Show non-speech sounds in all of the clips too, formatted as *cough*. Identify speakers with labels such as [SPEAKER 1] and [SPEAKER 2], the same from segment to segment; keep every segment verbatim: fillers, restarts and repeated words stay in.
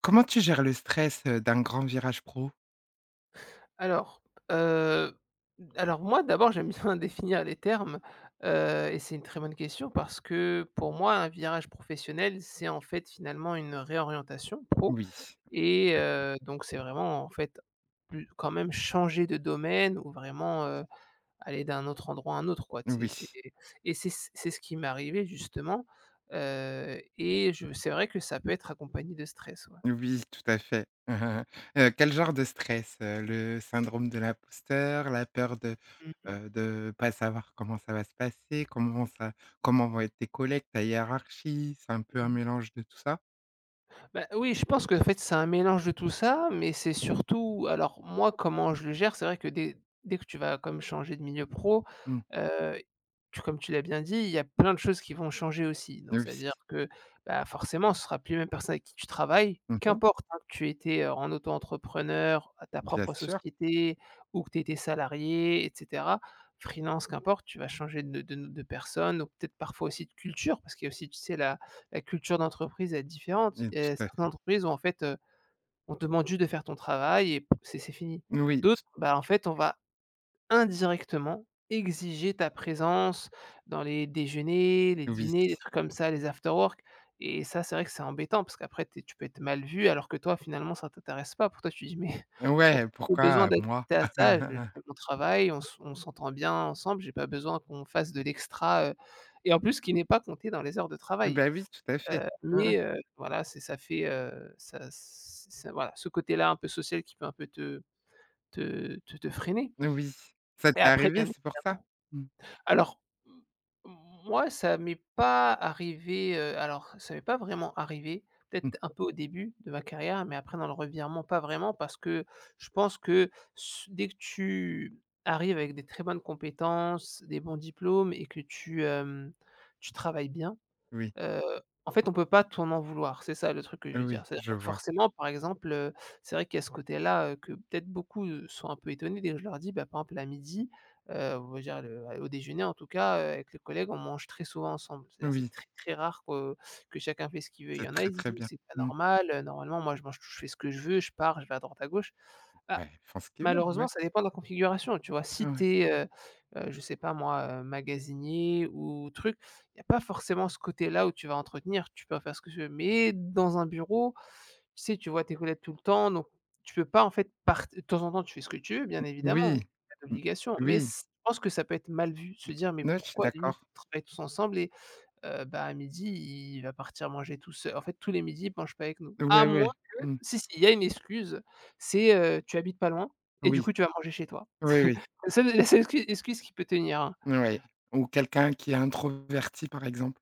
[SPEAKER 1] Comment tu gères le stress, heu, d'un grand virage pro?
[SPEAKER 2] Alors, heu, alors moi d'abord j'aime bien *laughs* définir les termes, heu et c'est une très bonne question parce que pour moi un virage professionnel c'est en fait finalement une réorientation pro
[SPEAKER 1] Oui,
[SPEAKER 2] et
[SPEAKER 1] en fait.
[SPEAKER 2] heu, donc c'est vraiment en fait plus quand même changer de domaine ou vraiment, heu, aller d'un autre endroit à un autre quoi. C'est c'est et c'est c'est ce qui m'est arrivé justement, heu et je c'est vrai que ça peut être accompagné de stress, ouais.
[SPEAKER 1] Oui, oui, tout à fait. *laughs* Mmh mmh. Quel genre de stress? Heu, le syndrome de l'imposteur, la peur de,
[SPEAKER 2] Mmh
[SPEAKER 1] heu, de pas savoir comment ça va se passer, comment ça comment vont être tes collègues, ta hiérarchie? C'est un peu un
[SPEAKER 2] mh.
[SPEAKER 1] mélange de tout ça?
[SPEAKER 2] Bah, oui, je pense que en fait, c'est un mélange de tout ça, mais c'est surtout alors moi, comment je le gère? C'est vrai que dès dès que tu vas comme changer de milieu pro,
[SPEAKER 1] Mmh,
[SPEAKER 2] heu, tu comme tu l'as bien dit, il y a plein de choses qui vont changer aussi. Donc c'est
[SPEAKER 1] oui.
[SPEAKER 2] à dire que, bah, forcément, ce sera plus les mêmes personnes avec qui tu travailles,
[SPEAKER 1] Mmh,
[SPEAKER 2] qu'importe, hein, que tu étais, heu, en auto-entrepreneur, à ta
[SPEAKER 1] bien
[SPEAKER 2] propre
[SPEAKER 1] sûr,
[SPEAKER 2] société ou que tu étais salarié et cetera. Freelance, qu'importe, tu vas changer de de de personne, ou peut-être parfois aussi de culture parce qu'il y a aussi, tu sais, la la culture d'entreprise est différente.
[SPEAKER 1] mmh,
[SPEAKER 2] Il y a
[SPEAKER 1] tout à
[SPEAKER 2] certaines
[SPEAKER 1] fait.
[SPEAKER 2] entreprises où en fait, heu, on te demande juste de faire ton travail et c'est c'est fini.
[SPEAKER 1] Oui,
[SPEAKER 2] D'autres,
[SPEAKER 1] t
[SPEAKER 2] bah, en fait, on va indirectement exiger ta présence dans les déjeuners, les
[SPEAKER 1] oui.
[SPEAKER 2] dîners, les trucs comme ça, les after work. Et ça, c'est vrai que c'est embêtant parce qu'après tu es tu peux être mal vu alors que toi, finalement, ça t'intéresse pas. Pour toi, tu dis: «Mais *laughs* pourquoi
[SPEAKER 1] Ouais,
[SPEAKER 2] j'ai besoin
[SPEAKER 1] pourquoi moi?
[SPEAKER 2] d'assister à ça? Je fais
[SPEAKER 1] *laughs*
[SPEAKER 2] mon travail, on s on s'entend bien ensemble, j'ai pas besoin qu'on fasse de l'extra», heu et en plus qui n'est pas compté dans les heures de travail.
[SPEAKER 1] Ben oui, tout à fait.
[SPEAKER 2] Heu,
[SPEAKER 1] Mmh.
[SPEAKER 2] mais heu, voilà, c'est ça fait, heu, ça c ça voilà, ce côté-là un peu social qui peut un peu te te te te freiner
[SPEAKER 1] Oui, ça
[SPEAKER 2] et
[SPEAKER 1] t'est
[SPEAKER 2] après bien
[SPEAKER 1] arrivé, c'est pour ça?
[SPEAKER 2] évidemment
[SPEAKER 1] Mmh
[SPEAKER 2] alors, m moi ça m'est pas arrivé, heu, alors ça m'est pas vraiment arrivé,
[SPEAKER 1] mh.
[SPEAKER 2] peut-être un peu au début de ma carrière, mais après dans le revirement, pas vraiment parce que je pense que s dès que tu arrives avec des très bonnes compétences, des bons diplômes et que tu, hem, tu travailles bien.
[SPEAKER 1] Oui,
[SPEAKER 2] Heu, en fait, on peut pas t'en en vouloir, c'est ça le truc que je veux dire.
[SPEAKER 1] oui,
[SPEAKER 2] C'est-à-dire
[SPEAKER 1] je
[SPEAKER 2] que
[SPEAKER 1] vois.
[SPEAKER 2] forcément, par exemple, heu, c'est vrai qu'il y a ce côté-là, heu, que peut-être beaucoup, heu, sont un peu étonnés dès que je leur dis, bah, par exemple à midi, heu, on va dire le au déjeuner en tout cas, heu, avec les collègues, on mange très souvent ensemble. C'est-à-dire c'est
[SPEAKER 1] Oui,
[SPEAKER 2] très, très rare que que chacun fait ce qu'il veut. Il y
[SPEAKER 1] c'est
[SPEAKER 2] en a,
[SPEAKER 1] très,
[SPEAKER 2] ils disent:
[SPEAKER 1] très
[SPEAKER 2] «Mais
[SPEAKER 1] bien.
[SPEAKER 2] c'est pas
[SPEAKER 1] Mmh.
[SPEAKER 2] normal, heu, normalement moi je mange je fais ce que je veux, je pars, je vais à droite à gauche».
[SPEAKER 1] Bah, ils font ce qu'ils veulent,
[SPEAKER 2] Malheureusement,
[SPEAKER 1] ouais.
[SPEAKER 2] ça dépend de la configuration, tu vois? Si
[SPEAKER 1] Ouais.
[SPEAKER 2] tu es, heu heu, je sais pas moi, heu, magasinier ou truc, il y a pas forcément ce côté-là où tu vas entretenir, tu peux faire ce que tu veux. Mais dans un bureau, tu sais, tu vois tes collègues tout le temps, donc tu peux pas en fait part de temps en temps, tu fais ce que tu veux bien évidemment,
[SPEAKER 1] Oui.
[SPEAKER 2] il pas
[SPEAKER 1] Mmh.
[SPEAKER 2] d'obligation, mais
[SPEAKER 1] Oui.
[SPEAKER 2] c je pense que ça peut être mal vu, se dire: «Mais
[SPEAKER 1] Ouais, je suis
[SPEAKER 2] pourquoi limite
[SPEAKER 1] d'accord.
[SPEAKER 2] on travaille tous ensemble» heu, bah, à midi, il va partir manger tout seul. En fait, tous les midis, il mange pas avec nous. À
[SPEAKER 1] Ouais,
[SPEAKER 2] moins
[SPEAKER 1] ouais.
[SPEAKER 2] que
[SPEAKER 1] Mmh.
[SPEAKER 2] si, si, il y a une excuse, c'est, heu, tu habites pas loin et du
[SPEAKER 1] Oui.
[SPEAKER 2] coup, tu vas manger chez toi.
[SPEAKER 1] Oui, oui.
[SPEAKER 2] La seule la seule excu excuse qui peut tenir, hein.
[SPEAKER 1] Ouais. Ou quelqu'un qui est introverti, par exemple.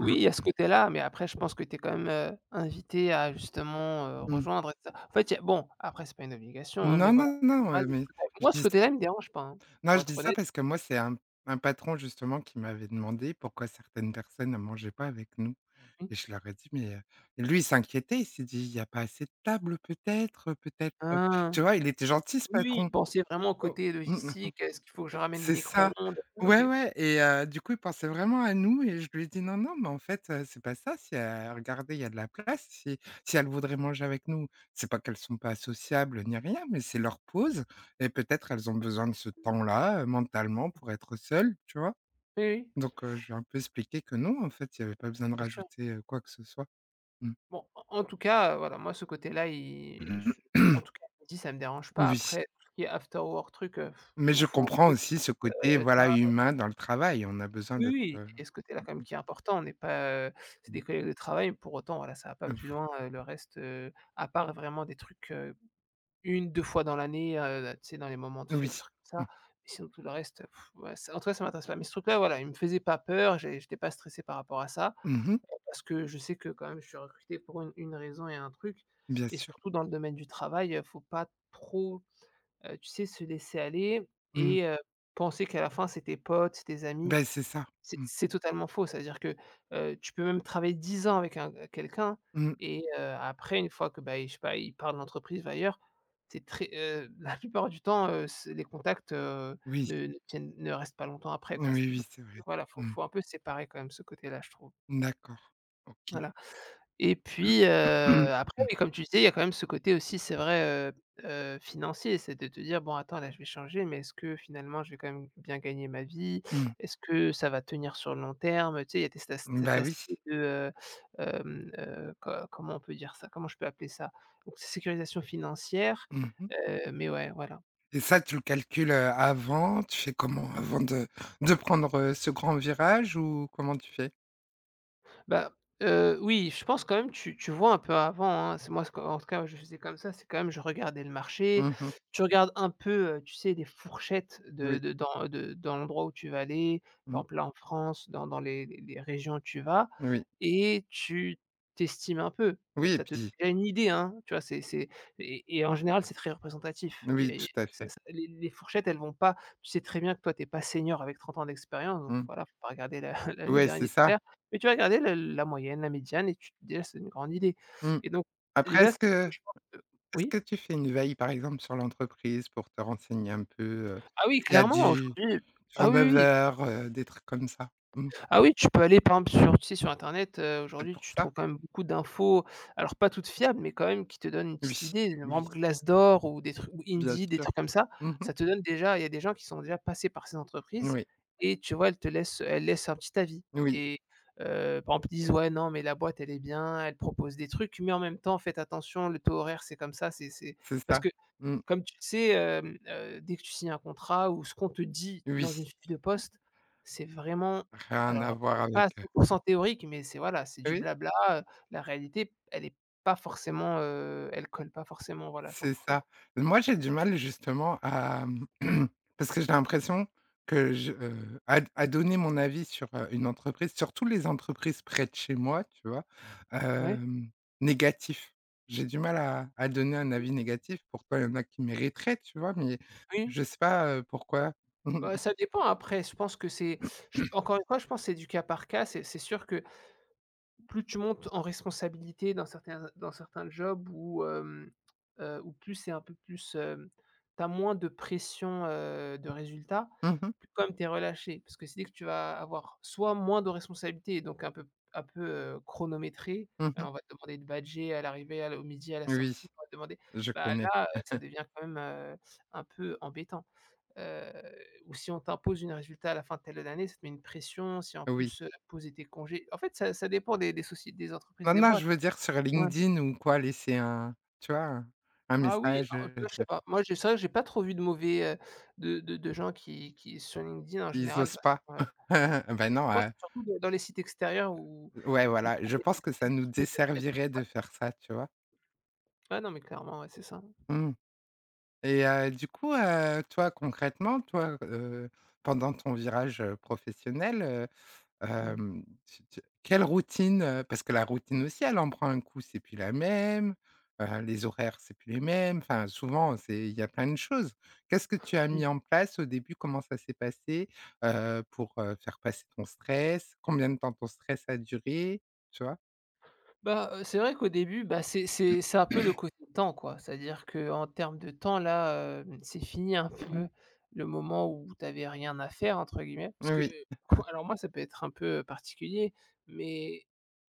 [SPEAKER 1] Mmh.
[SPEAKER 2] il y a ce côté-là, mais après, je pense que tu es quand même, heu, invité à justement, heu,
[SPEAKER 1] Mmh.
[SPEAKER 2] rejoindre et cetera. En fait, il y a bon, après, c'est pas une obligation, hein, mais
[SPEAKER 1] Non, non,
[SPEAKER 2] voilà, en
[SPEAKER 1] non, heu,
[SPEAKER 2] général, il y a ce
[SPEAKER 1] mais
[SPEAKER 2] côté-là.
[SPEAKER 1] je
[SPEAKER 2] Moi, ce
[SPEAKER 1] dis
[SPEAKER 2] côté-là, il me dérange pas, hein,
[SPEAKER 1] non,
[SPEAKER 2] pour
[SPEAKER 1] je
[SPEAKER 2] être
[SPEAKER 1] dis ça
[SPEAKER 2] honnête,
[SPEAKER 1] parce que moi, c'est un un patron justement qui m'avait demandé pourquoi certaines personnes ne mangeaient pas avec nous.
[SPEAKER 2] oui.
[SPEAKER 1] Et je leur ai dit: «Mais» heu, lui il s'inquiétait, il s'est dit: «Il y a pas assez de tables peut-être, heu, peut-être, heu»
[SPEAKER 2] Ah!
[SPEAKER 1] tu vois? Il était gentil ce
[SPEAKER 2] Oui,
[SPEAKER 1] patron.
[SPEAKER 2] penser vraiment au
[SPEAKER 1] Oh,
[SPEAKER 2] côté
[SPEAKER 1] mmh mh,
[SPEAKER 2] logistique, est-ce qu'il faut que je ramène le
[SPEAKER 1] c'est ça.
[SPEAKER 2] micro-ondes?
[SPEAKER 1] Ouais,
[SPEAKER 2] OK.
[SPEAKER 1] ouais et heu, du coup, il pensait vraiment à nous et je lui ai dit: «Non, non, mais en fait, heu, c'est pas ça, si heu, regardez, il y a de la place, si si elles voudraient manger avec nous, c'est pas qu'elles sont pas sociables ni rien, mais c'est leur pause et peut-être elles ont besoin de ce temps-là, heu, mentalement pour être seules», tu vois?
[SPEAKER 2] Oui, oui,
[SPEAKER 1] Donc heu, je lui ai un peu expliqué que non, en fait, il n'y avait pas besoin de
[SPEAKER 2] bien sûr.
[SPEAKER 1] rajouter, heu, quoi que ce soit. Mmh.
[SPEAKER 2] Bon, en en tout cas, heu, voilà, moi ce côté-là, il
[SPEAKER 1] Mhm.
[SPEAKER 2] je en
[SPEAKER 1] *clears throat*
[SPEAKER 2] tout cas, je me dis: «Ça me dérange pas».
[SPEAKER 1] Oui,
[SPEAKER 2] Après, tout ce qui est after work truc, heu, je
[SPEAKER 1] mais je
[SPEAKER 2] m'en fous un
[SPEAKER 1] comprends
[SPEAKER 2] peu,
[SPEAKER 1] aussi ce côté,
[SPEAKER 2] heu, ça
[SPEAKER 1] voilà, humain dans le travail. On a besoin
[SPEAKER 2] oui,
[SPEAKER 1] d'être,
[SPEAKER 2] oui,
[SPEAKER 1] heu,
[SPEAKER 2] il ce côté-là quand même qui est important. On n'est pas, heu, c'est
[SPEAKER 1] mmh,
[SPEAKER 2] des collègues de travail, mais pour autant, voilà, ça va pas plus loin, heu, le reste, heu, à part vraiment des trucs, heu, une à deux fois dans l'année, heu, tu sais, dans les moments de
[SPEAKER 1] euh, oui.
[SPEAKER 2] fête, trucs comme ça. Mais sinon tout le reste, pff, ouais, ça en tout cas, ça m'intéresse pas. Mais ce truc-là, voilà, il me faisait pas peur, j'ai j'étais pas stressé par rapport à ça,
[SPEAKER 1] Mmh.
[SPEAKER 2] parce que je sais que quand même je suis recruté pour une une raison et un truc
[SPEAKER 1] Bien
[SPEAKER 2] et
[SPEAKER 1] sûr.
[SPEAKER 2] surtout dans le domaine du travail, heu, faut pas trop, heu, tu sais, se laisser aller
[SPEAKER 1] Mmh.
[SPEAKER 2] et heu, penser qu'à la fin c'est tes potes, c'est tes amis.
[SPEAKER 1] Beh, c'est ça.
[SPEAKER 2] C'est
[SPEAKER 1] Mmh.
[SPEAKER 2] c'est totalement faux. C'est-à-dire que, heu, tu peux même travailler dix ans avec un quelqu'un
[SPEAKER 1] Mmh.
[SPEAKER 2] et heu, après une fois que, bah, il je sais pas, il part de l'entreprise, va ailleurs, c'est très, heu, *laughs* la plupart du temps, heu, ce les contacts, heu,
[SPEAKER 1] Oui.
[SPEAKER 2] ne ne tiennent ne restent pas longtemps après
[SPEAKER 1] Oui,
[SPEAKER 2] quoi. C'était
[SPEAKER 1] oui,
[SPEAKER 2] donc
[SPEAKER 1] c'est vrai.
[SPEAKER 2] voilà, faut
[SPEAKER 1] Mmh.
[SPEAKER 2] faut un peu séparer quand même ce côté-là, je trouve.
[SPEAKER 1] D'accord. OK.
[SPEAKER 2] Voilà. Et puis, heu,
[SPEAKER 1] Mmh.
[SPEAKER 2] après,
[SPEAKER 1] mmh,
[SPEAKER 2] oui, comme tu disais, il y a quand même ce côté aussi, c'est vrai, heu heu, financier. C'est de te dire: «Bon, attends, là, je vais changer, mais est-ce que finalement, je vais quand même bien gagner ma vie?
[SPEAKER 1] mmh,
[SPEAKER 2] Est-ce que ça va tenir sur le long terme?» Tu sais, il y a des cet as cet
[SPEAKER 1] Bah, oui.
[SPEAKER 2] aspect de, heu, hem, heu, co comment on peut dire ça? Comment je peux appeler ça? Donc sécurisation financière,
[SPEAKER 1] Mmh.
[SPEAKER 2] heu, mais ouais, voilà.
[SPEAKER 1] Et ça, tu le calcules, heu, avant? Tu fais comment avant de de prendre, heu, ce grand virage ou comment tu fais?
[SPEAKER 2] Bah, heu, oui, je pense quand même tu tu vois un peu avant, hein. C'est moi ce que en tout cas je faisais comme ça, c'est quand même je regardais le marché,
[SPEAKER 1] Mmh.
[SPEAKER 2] tu regardes un peu, heu, tu sais, les fourchettes de
[SPEAKER 1] Oui.
[SPEAKER 2] de dans de dans l'endroit où tu vas aller. Par
[SPEAKER 1] Mmh.
[SPEAKER 2] exemple, là, en France, dans dans les les les régions où tu vas
[SPEAKER 1] Oui.
[SPEAKER 2] et tu t'estimes un peu. Tu
[SPEAKER 1] Oui et
[SPEAKER 2] Ça te donne
[SPEAKER 1] puis
[SPEAKER 2] déjà une idée, hein, tu vois? C'est c'est et et en général, c'est très représentatif. Il
[SPEAKER 1] oui,
[SPEAKER 2] y a il y
[SPEAKER 1] tout
[SPEAKER 2] a
[SPEAKER 1] à
[SPEAKER 2] ça
[SPEAKER 1] fait.
[SPEAKER 2] ça les les fourchettes, elles vont pas tu sais très bien que toi, t'es pas senior avec trente ans d'expérience, donc
[SPEAKER 1] Mmh.
[SPEAKER 2] voilà, faut pas regarder la *laughs* la le
[SPEAKER 1] Ouais, c'est
[SPEAKER 2] dernier
[SPEAKER 1] ça.
[SPEAKER 2] salaire. Mais tu vas regarder le la moyenne, la médiane et tu te dis: «Ah, c'est une grande idée»
[SPEAKER 1] Mmh.
[SPEAKER 2] et donc
[SPEAKER 1] Après,
[SPEAKER 2] déjà,
[SPEAKER 1] est-ce
[SPEAKER 2] c'est ce
[SPEAKER 1] que
[SPEAKER 2] que je pense, heu
[SPEAKER 1] est-ce que
[SPEAKER 2] oui?
[SPEAKER 1] tu fais une veille, par exemple, sur l'entreprise pour te renseigner un peu, heu,
[SPEAKER 2] Ah oui,
[SPEAKER 1] s'il y a
[SPEAKER 2] clairement,
[SPEAKER 1] du
[SPEAKER 2] aujourd'hui ah oui, oui.
[SPEAKER 1] turnover, heu, des trucs comme ça? Mmh,
[SPEAKER 2] Ah oui, tu peux aller par exemple sur tu sais sur internet, heu,
[SPEAKER 1] c'est
[SPEAKER 2] aujourd'hui
[SPEAKER 1] pour
[SPEAKER 2] tu
[SPEAKER 1] ça?
[SPEAKER 2] trouves quand même beaucoup d'infos, alors pas toutes fiables, mais quand même qui te donnent une
[SPEAKER 1] Oui,
[SPEAKER 2] petite idée. Par
[SPEAKER 1] oui,
[SPEAKER 2] exemple Glassdoor ou des trucs ou
[SPEAKER 1] bien
[SPEAKER 2] Indeed, des
[SPEAKER 1] sûr.
[SPEAKER 2] trucs comme ça.
[SPEAKER 1] Mmh.
[SPEAKER 2] Ça te donne déjà il y a des gens qui sont déjà passés par ces entreprises
[SPEAKER 1] Oui,
[SPEAKER 2] et tu vois, elles te laissent elles laissent un petit avis
[SPEAKER 1] oui,
[SPEAKER 2] et heu, par exemple, ils disent: «Ouais, non, mais la boîte elle est bien, elle propose des trucs, mais en même temps faites attention, le taux horaire c'est comme ça, c'est c'est»
[SPEAKER 1] c'est
[SPEAKER 2] parce
[SPEAKER 1] ça.
[SPEAKER 2] que
[SPEAKER 1] Mmh,
[SPEAKER 2] comme tu le sais, hem, heu, dès que tu signes un contrat ou ce qu'on te dit
[SPEAKER 1] oui,
[SPEAKER 2] dans une fiche de poste, c'est vraiment
[SPEAKER 1] rien à
[SPEAKER 2] alors,
[SPEAKER 1] voir
[SPEAKER 2] heu, pas à cent
[SPEAKER 1] avec, heu
[SPEAKER 2] pour cent théorique, mais c'est voilà, c'est du
[SPEAKER 1] oui?
[SPEAKER 2] blabla, heu, la réalité, elle est pas forcément, heu, elle colle pas forcément, voilà, à cent
[SPEAKER 1] C'est
[SPEAKER 2] pour cent,
[SPEAKER 1] ça.
[SPEAKER 2] quoi.
[SPEAKER 1] Moi, j'ai du mal justement à *clears throat* parce que j'ai l'impression que je, heu, à à donner mon avis sur, heu, une entreprise, surtout les entreprises près de chez moi, tu vois?
[SPEAKER 2] Ouais.
[SPEAKER 1] Hem, négatif. J'ai du mal à à donner un
[SPEAKER 2] Mmh.
[SPEAKER 1] avis négatif. Pourtant, il y en a qui mériteraient, tu vois? Mais
[SPEAKER 2] Oui,
[SPEAKER 1] je sais pas, heu, pourquoi.
[SPEAKER 2] bah,
[SPEAKER 1] *laughs*
[SPEAKER 2] ça dépend après, je pense que c'est je encore une fois, je pense que c'est du cas par cas. C'est c'est sûr que plus tu montes en responsabilité dans certains dans certains jobs où, hem, heu, où plus c'est un peu plus, hem, tu moins de pression, heu, de résultats
[SPEAKER 1] Mmh mh. Mmh.
[SPEAKER 2] plus quand même tu relâché. Parce que c'est dès que tu vas avoir soit moins de responsabilités, donc un peu un peu, heu, chronométré,
[SPEAKER 1] Mmh
[SPEAKER 2] heu,
[SPEAKER 1] mmh.
[SPEAKER 2] on va te demander de badger à l'arrivée, à l au midi, à la
[SPEAKER 1] Oui,
[SPEAKER 2] sortie, on va te demander,
[SPEAKER 1] je
[SPEAKER 2] bah,
[SPEAKER 1] connais.
[SPEAKER 2] là, heu, ça devient quand même, heu, un peu embêtant. Heu, ou si on t'impose un résultat à la fin de telle année, ça te met une pression. Si en
[SPEAKER 1] Oui.
[SPEAKER 2] plus, heu, poser tes congés en fait, ça ça dépend des des soci des entreprises
[SPEAKER 1] Non,
[SPEAKER 2] et des
[SPEAKER 1] non, je
[SPEAKER 2] boîtes.
[SPEAKER 1] veux dire sur
[SPEAKER 2] Ouais.
[SPEAKER 1] LinkedIn ou quoi, laisser un, tu vois, un un
[SPEAKER 2] Ah oui,
[SPEAKER 1] message,
[SPEAKER 2] non,
[SPEAKER 1] heu,
[SPEAKER 2] je sais
[SPEAKER 1] dire.
[SPEAKER 2] pas. Moi, j'ai c'est vrai que j'ai pas trop vu de mauvais, heu, de de de gens qui qui sur LinkedIn en
[SPEAKER 1] Ils
[SPEAKER 2] général, de
[SPEAKER 1] osent
[SPEAKER 2] toute façon,
[SPEAKER 1] pas.
[SPEAKER 2] heu,
[SPEAKER 1] *laughs* Ben,
[SPEAKER 2] je
[SPEAKER 1] non,
[SPEAKER 2] pense que
[SPEAKER 1] heu,
[SPEAKER 2] c'est surtout dans dans les sites extérieurs où
[SPEAKER 1] ouais,
[SPEAKER 2] où
[SPEAKER 1] voilà,
[SPEAKER 2] en
[SPEAKER 1] je
[SPEAKER 2] fait les
[SPEAKER 1] pense que ça
[SPEAKER 2] les
[SPEAKER 1] nous
[SPEAKER 2] entreprises elles elles peuvent
[SPEAKER 1] desservirait de faire ça, tu vois?
[SPEAKER 2] ouais, non, mais clairement, ouais, c'est ça.
[SPEAKER 1] Mmh. Et heu, du coup, heu, toi, concrètement, toi, heu, pendant ton virage, heu, professionnel.
[SPEAKER 2] Mmh.
[SPEAKER 1] Hem, tu tu quelle routine, heu, parce que la routine aussi, elle en prend un coup, c'est plus la même, heu, les horaires, c'est plus les mêmes, enfin, souvent, c'est il y a plein de choses. Qu'est-ce que tu as mis en place au début? Comment ça s'est passé, heu, pour, heu, faire passer ton stress? Combien de temps ton stress a duré? Tu vois?
[SPEAKER 2] Bah, heu, c'est vrai qu'au début, bah, c'est c'est c'est un peu le côté temps, quoi. C'est-à-dire qu'en termes de temps, là, hem, c'est fini un peu le moment où tu avais «rien à faire» entre guillemets. Parce que,
[SPEAKER 1] Oui.
[SPEAKER 2] *laughs* alors moi, ça peut être un peu particulier, mais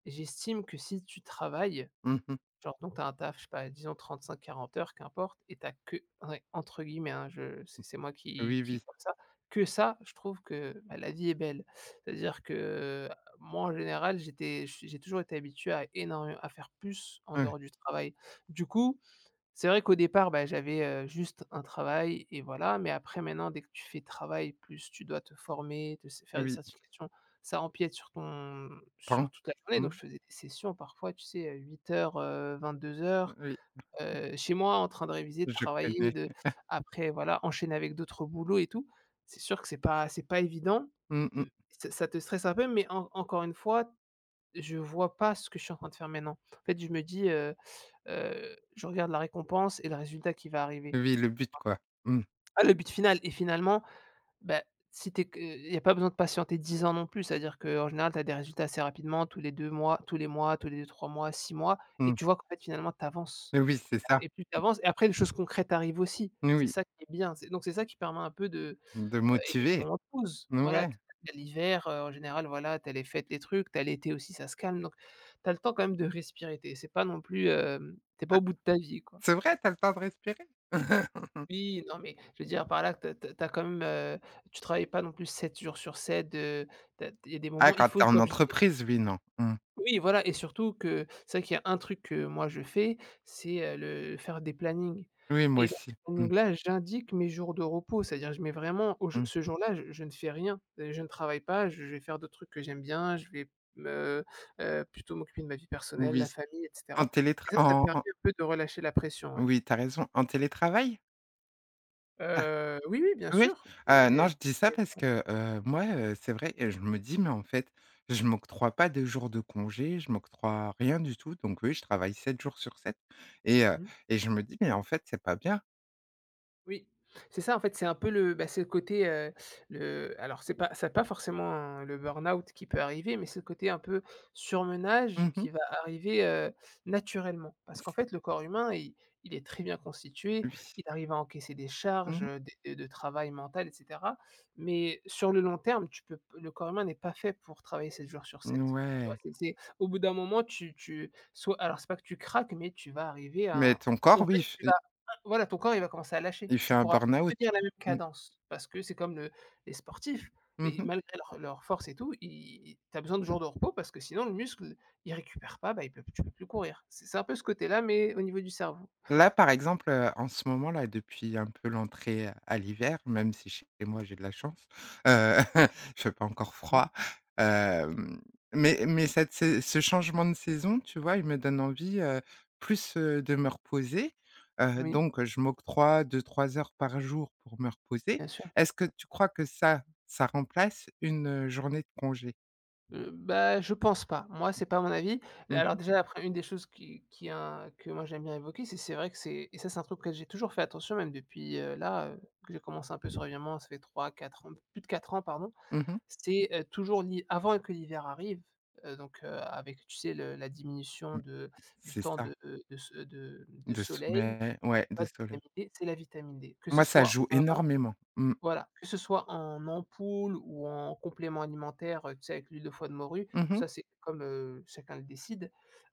[SPEAKER 2] j'estime que si tu travailles,
[SPEAKER 1] Mmh mh.
[SPEAKER 2] genre, donc tu as un taf, je sais pas, disons trente cinq quarante heures, qu'importe, et tu as que ouais, entre guillemets, hein, je c'est c'est moi qui
[SPEAKER 1] Oui,
[SPEAKER 2] qui est
[SPEAKER 1] oui.
[SPEAKER 2] comme ça, que ça, je trouve que, bah, la vie est belle. C'est-à-dire que moi, en général, j'étais j'ai toujours été habitué à énormément à faire plus en dehors du travail. Du coup c'est vrai qu'au départ, bah, j'avais, heu, juste un travail et voilà, mais après maintenant dès que tu fais travail plus tu dois te former, te c faire des
[SPEAKER 1] Oui, oui.
[SPEAKER 2] certifications, ça empiète sur ton sur
[SPEAKER 1] Temps.
[SPEAKER 2] toute la journée donc
[SPEAKER 1] Mmh.
[SPEAKER 2] je faisais des sessions parfois, tu sais, heu, huit heures, heu, vingt-deux heures,
[SPEAKER 1] Oui,
[SPEAKER 2] heu, chez moi en train de réviser, de
[SPEAKER 1] je
[SPEAKER 2] travailler,
[SPEAKER 1] connais.
[SPEAKER 2] de après voilà, enchaîner avec d'autres boulots et tout. C'est sûr que c'est pas c'est pas évident,
[SPEAKER 1] Mmh mh.
[SPEAKER 2] mmh, ça ça te stresse un peu mais en encore une fois, je vois pas ce que je suis en train de faire maintenant. En fait, je me dis, heu, je regarde la récompense et le résultat qui va arriver.
[SPEAKER 1] Oui, le but, quoi. Mmh.
[SPEAKER 2] Ah, le but final et finalement, bah, si tu que il y a pas besoin de patienter dix ans non plus, c'est-à-dire qu'en général, tu as des résultats assez rapidement, tous les deux mois, tous les mois, tous les deux, trois mois, six mois, et
[SPEAKER 1] Mmh.
[SPEAKER 2] tu vois qu'en fait, finalement, tu avances
[SPEAKER 1] Oui, c'est
[SPEAKER 2] et
[SPEAKER 1] ça.
[SPEAKER 2] et plus tu avances et après les choses concrètes arrivent aussi. C'est
[SPEAKER 1] Oui,
[SPEAKER 2] ça qui est bien, c'est donc c'est ça qui permet un peu de,
[SPEAKER 1] de
[SPEAKER 2] heu et des
[SPEAKER 1] motiver.
[SPEAKER 2] moments de pause. Voilà,
[SPEAKER 1] Ouais.
[SPEAKER 2] tu l'hiver, heu, en général, voilà, t'as les fêtes, les trucs, t'as l'été aussi, ça se calme donc t'as le temps quand même de respirer. T'es c'est pas non plus, hem, tu pas au bout de ta vie, quoi.
[SPEAKER 1] C'est vrai, t'as le temps de respirer? *laughs*
[SPEAKER 2] Oui, non, mais je veux dire par là que tu as quand même, heu, tu travailles pas non plus sept jours sur sept, il y a des
[SPEAKER 1] Ah,
[SPEAKER 2] moments, il
[SPEAKER 1] quand
[SPEAKER 2] faut
[SPEAKER 1] t'es en
[SPEAKER 2] comme je disais
[SPEAKER 1] entreprise, oui, non. Mmh.
[SPEAKER 2] oui, voilà, et surtout que c'est vrai qu'il y a un truc que moi je fais, c'est, heu, le faire des plannings
[SPEAKER 1] Oui, moi
[SPEAKER 2] et dans
[SPEAKER 1] aussi.
[SPEAKER 2] ces
[SPEAKER 1] Mmh,
[SPEAKER 2] plannings-là, j'indique mes jours de repos. C'est-à-dire je mets vraiment au
[SPEAKER 1] mmh.
[SPEAKER 2] ce jour-là, je je ne fais rien, heu, je ne travaille pas, je je vais faire d'autres trucs que j'aime bien, je vais me, heu, plutôt m'occuper de ma vie personnelle, la
[SPEAKER 1] Oui.
[SPEAKER 2] famille et
[SPEAKER 1] En
[SPEAKER 2] cetera,
[SPEAKER 1] télétra
[SPEAKER 2] et ça, ça
[SPEAKER 1] en
[SPEAKER 2] permet
[SPEAKER 1] en
[SPEAKER 2] un peu de relâcher la pression, ouais.
[SPEAKER 1] oui, t'as raison, en télétravail? Ah,
[SPEAKER 2] Heu, oui, oui, bien
[SPEAKER 1] oui.
[SPEAKER 2] sûr, et
[SPEAKER 1] Heu,
[SPEAKER 2] il y a
[SPEAKER 1] non,
[SPEAKER 2] du
[SPEAKER 1] je dis ça parce
[SPEAKER 2] télétravail.
[SPEAKER 1] que, heu, moi, heu, c'est vrai, et je me dis: «Mais en fait, je m'octroie pas de jours de congé, je m'octroie rien du tout». Donc oui, je travaille sept jours sur sept et heu
[SPEAKER 2] Mmh.
[SPEAKER 1] et je me dis: «Mais en fait, c'est pas bien».
[SPEAKER 2] Oui, c'est ça en fait, c'est un peu le bah, c'est le côté, heu, le alors c'est pas c'est pas forcément hein, le burn-out qui peut arriver, mais c'est le côté un peu surmenage
[SPEAKER 1] Mmh.
[SPEAKER 2] qui va arriver, heu, naturellement. Parce qu'en fait, le corps humain, il il est très bien constitué,
[SPEAKER 1] Oui.
[SPEAKER 2] il arrive à encaisser des charges,
[SPEAKER 1] Mmh.
[SPEAKER 2] heu, des de travail mental et cetera. Mais sur le long terme, tu peux le corps humain n'est pas fait pour travailler sept jours sur sept. Tu vois?
[SPEAKER 1] Ouais.
[SPEAKER 2] C'est c'est au bout d'un moment, tu tu soit alors c'est pas que tu craques, mais tu vas arriver à
[SPEAKER 1] Mais
[SPEAKER 2] un
[SPEAKER 1] ton corps,
[SPEAKER 2] en
[SPEAKER 1] oui,
[SPEAKER 2] fait, tu
[SPEAKER 1] il
[SPEAKER 2] vas
[SPEAKER 1] fait
[SPEAKER 2] voilà, ton corps, il va commencer à lâcher.
[SPEAKER 1] il fait
[SPEAKER 2] Tu
[SPEAKER 1] un
[SPEAKER 2] pourras
[SPEAKER 1] burn-out.
[SPEAKER 2] plus tenir la même
[SPEAKER 1] Mmh.
[SPEAKER 2] cadence parce que c'est comme le les sportifs et
[SPEAKER 1] Mmh.
[SPEAKER 2] malgré leur leur force et tout, ils tu as besoin de jours de repos parce que sinon le muscle, il récupère pas, bah, il peut tu peux plus courir. C'est c'est un peu ce côté-là, mais au niveau du cerveau.
[SPEAKER 1] Là, par exemple, heu, en ce moment là, depuis un peu l'entrée à l'hiver, même si chez moi j'ai de la chance, heu, il fait *laughs* pas encore
[SPEAKER 2] Mmh,
[SPEAKER 1] froid, hem, mais mais cette sai ce changement de saison, tu vois, il me donne envie, heu, plus, heu, de me reposer, heu,
[SPEAKER 2] oui,
[SPEAKER 1] donc je m'octroie deux trois heures par jour pour me reposer.
[SPEAKER 2] bien sûr.
[SPEAKER 1] Est-ce que tu crois que ça, ça remplace une, heu, journée de congé?
[SPEAKER 2] Heu, bah, je pense pas. Moi, c'est pas mon avis.
[SPEAKER 1] Mmh
[SPEAKER 2] Alors
[SPEAKER 1] mh.
[SPEAKER 2] déjà, après une des choses qui qui a que moi j'aime bien évoquer, c'est c'est vrai que c'est et ça, c'est un truc que j'ai toujours fait attention, même depuis, heu, là, heu, que j'ai commencé un peu sur ça fait trois, quatre ans, plus de quatre ans, pardon.
[SPEAKER 1] Mmh.
[SPEAKER 2] C'est, heu, toujours l'hi avant que l'hiver arrive, heu, donc, heu, avec tu sais le la diminution de du
[SPEAKER 1] C'est
[SPEAKER 2] temps
[SPEAKER 1] ça,
[SPEAKER 2] de de se de de
[SPEAKER 1] de
[SPEAKER 2] soleil,
[SPEAKER 1] sommeil,
[SPEAKER 2] donc
[SPEAKER 1] ouais, de
[SPEAKER 2] pas de
[SPEAKER 1] soleil.
[SPEAKER 2] vitamine D, c'est la vitamine D. Que ce
[SPEAKER 1] Moi, ça
[SPEAKER 2] soit
[SPEAKER 1] joue
[SPEAKER 2] en
[SPEAKER 1] énormément. Mmh.
[SPEAKER 2] voilà, que ce soit en ampoule ou en complément alimentaire, heu, tu sais avec l'huile de foie de morue,
[SPEAKER 1] Mmh.
[SPEAKER 2] ça c'est comme, heu, chacun le décide.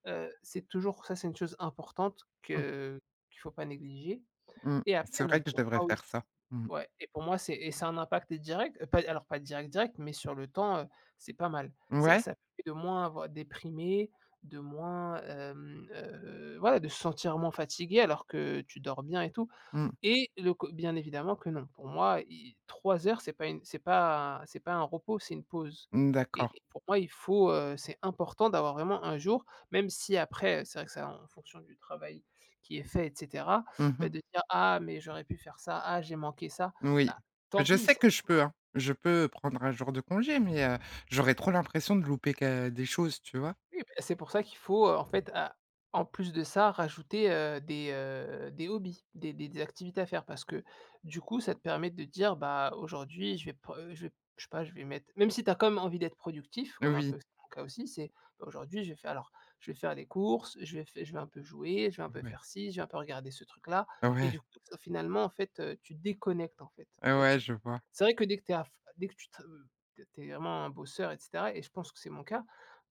[SPEAKER 2] Heu, c'est toujours ça c'est une chose importante
[SPEAKER 1] Mmh.
[SPEAKER 2] que qu'il faut pas négliger,
[SPEAKER 1] Mmh.
[SPEAKER 2] et
[SPEAKER 1] C'est
[SPEAKER 2] après, non,
[SPEAKER 1] vrai que je
[SPEAKER 2] pour
[SPEAKER 1] devrais
[SPEAKER 2] moi, oui,
[SPEAKER 1] faire
[SPEAKER 2] c
[SPEAKER 1] ça. Mmh.
[SPEAKER 2] ouais, et pour moi, c'est et ça a un impact direct, heu, pas alors pas direct, direct, mais sur le temps, heu, c'est pas mal. Ça
[SPEAKER 1] Ouais?
[SPEAKER 2] ça permet de moins avoir déprimé, de moins, hem, heu, voilà, de se sentir moins fatigué alors que tu dors bien et tout.
[SPEAKER 1] Mmh.
[SPEAKER 2] Et le co bien évidemment que non. Pour moi, i trois heures, c'est pas une c'est pas c'est pas un repos, c'est une pause,
[SPEAKER 1] Mmh,
[SPEAKER 2] et
[SPEAKER 1] d'accord.
[SPEAKER 2] et pour moi, il faut, heu, c'est important d'avoir vraiment un jour, même si après, c'est vrai que ça en fonction du travail qui est fait et cetera,
[SPEAKER 1] Mmh
[SPEAKER 2] bah,
[SPEAKER 1] mh.
[SPEAKER 2] de dire: «Ah mais j'aurais pu faire ça, ah j'ai manqué ça».
[SPEAKER 1] Oui.
[SPEAKER 2] Bah,
[SPEAKER 1] Mais
[SPEAKER 2] tant
[SPEAKER 1] je
[SPEAKER 2] pis.
[SPEAKER 1] sais que je peux, hein. Je peux prendre un jour de congé, mais heu, j'aurais trop l'impression de louper que des choses, tu vois?
[SPEAKER 2] Oui, bah, c'est pour ça qu'il faut, heu, en fait, à en plus de ça, rajouter, heu, des, heu, des hobbies, des des des activités à faire parce que, du coup, ça te permet de dire: «Bah, aujourd'hui, je vais pr heu, je vais je sais pas, je vais mettre» même si tu as quand même envie d'être productif, comme un
[SPEAKER 1] Oui.
[SPEAKER 2] peu c'est mon cas aussi, c'est: «Bah, aujourd'hui, je vais faire alors, je vais faire les courses, je vais fai je vais un peu jouer, je vais un peu
[SPEAKER 1] Ouais.
[SPEAKER 2] faire ci, je vais un peu regarder ce truc-là», et
[SPEAKER 1] Ouais.
[SPEAKER 2] du coup, ça finalement, en fait, heu, tu déconnectes, en fait. Heu,
[SPEAKER 1] Ouais,
[SPEAKER 2] tu
[SPEAKER 1] je vois.
[SPEAKER 2] c'est vrai que dès que t'es à f dès que tu te, heu, tu es vraiment un bosseur et cetera, et je pense que c'est mon cas,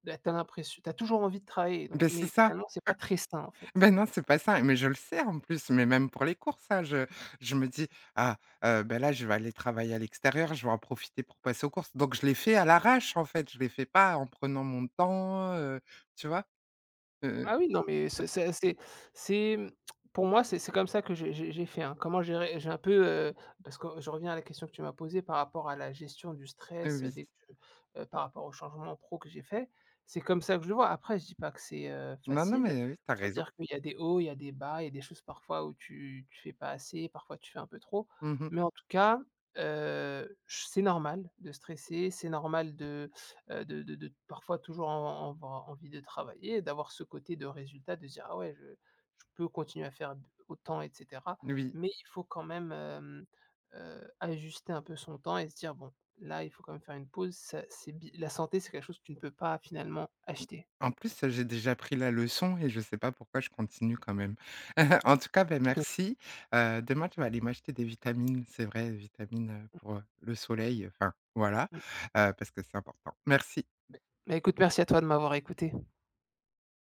[SPEAKER 2] bah, tu l'impression tu toujours envie de travailler donc
[SPEAKER 1] Beh, c'est
[SPEAKER 2] mais
[SPEAKER 1] ça.
[SPEAKER 2] finalement c'est pas très sain, en fait.
[SPEAKER 1] Beh, non, c'est pas ça, mais je le sais en plus, mais même pour les courses, hein, je je me dis: «Ah, heu, beh, là, je vais aller travailler à l'extérieur, je vais en profiter pour passer aux courses». Donc je les fais à l'arrache, en fait, je les fais pas en prenant mon temps, heu, tu vois? Heu
[SPEAKER 2] Ah oui, non, mais c'est c'est c'est c'est, mmh, pour moi, c'est c'est comme ça que j'ai j'ai j'ai fait, hein. Comment gérer j'ai un peu, heu, parce que je reviens à la question que tu m'as posée par rapport à la gestion du
[SPEAKER 1] Eh
[SPEAKER 2] stress, heu,
[SPEAKER 1] oui.
[SPEAKER 2] dès que, par rapport aux changements pro que j'ai fait. C'est comme ça que je le vois. Après je dis pas que c'est, heu,
[SPEAKER 1] Non, non,
[SPEAKER 2] facile.
[SPEAKER 1] mais oui, t'as raison.
[SPEAKER 2] C'est-à-dire qu'il y a des hauts, il y a des bas, il y a des choses parfois où tu tu fais pas assez, parfois tu fais un peu trop.
[SPEAKER 1] Mmh.
[SPEAKER 2] Mais en tout cas, heu, c'est normal de stresser, c'est normal de heu, de de de parfois toujours en en en envie de travailler et d'avoir ce côté de résultat, de se dire: «Ah ouais, je je peux continuer à faire autant et cetera».
[SPEAKER 1] Oui.
[SPEAKER 2] Mais il faut quand même, hem, heu, ajuster un peu son temps et se dire: «Bon, là, il faut quand même faire une pause». Ça c'est bi la santé, c'est quelque chose que tu ne peux pas finalement acheter.
[SPEAKER 1] En plus, j'ai déjà pris la leçon et je sais pas pourquoi je continue quand même. *laughs* En tout cas, ben
[SPEAKER 2] *laughs*
[SPEAKER 1] merci. Heu, demain, je vais aller m'acheter des vitamines, c'est vrai, vitamines, heu, pour, heu, le soleil, enfin, voilà,
[SPEAKER 2] Mmh.
[SPEAKER 1] heu, parce que c'est important. Merci.
[SPEAKER 2] Bah, écoute, merci à toi de m'avoir écouté.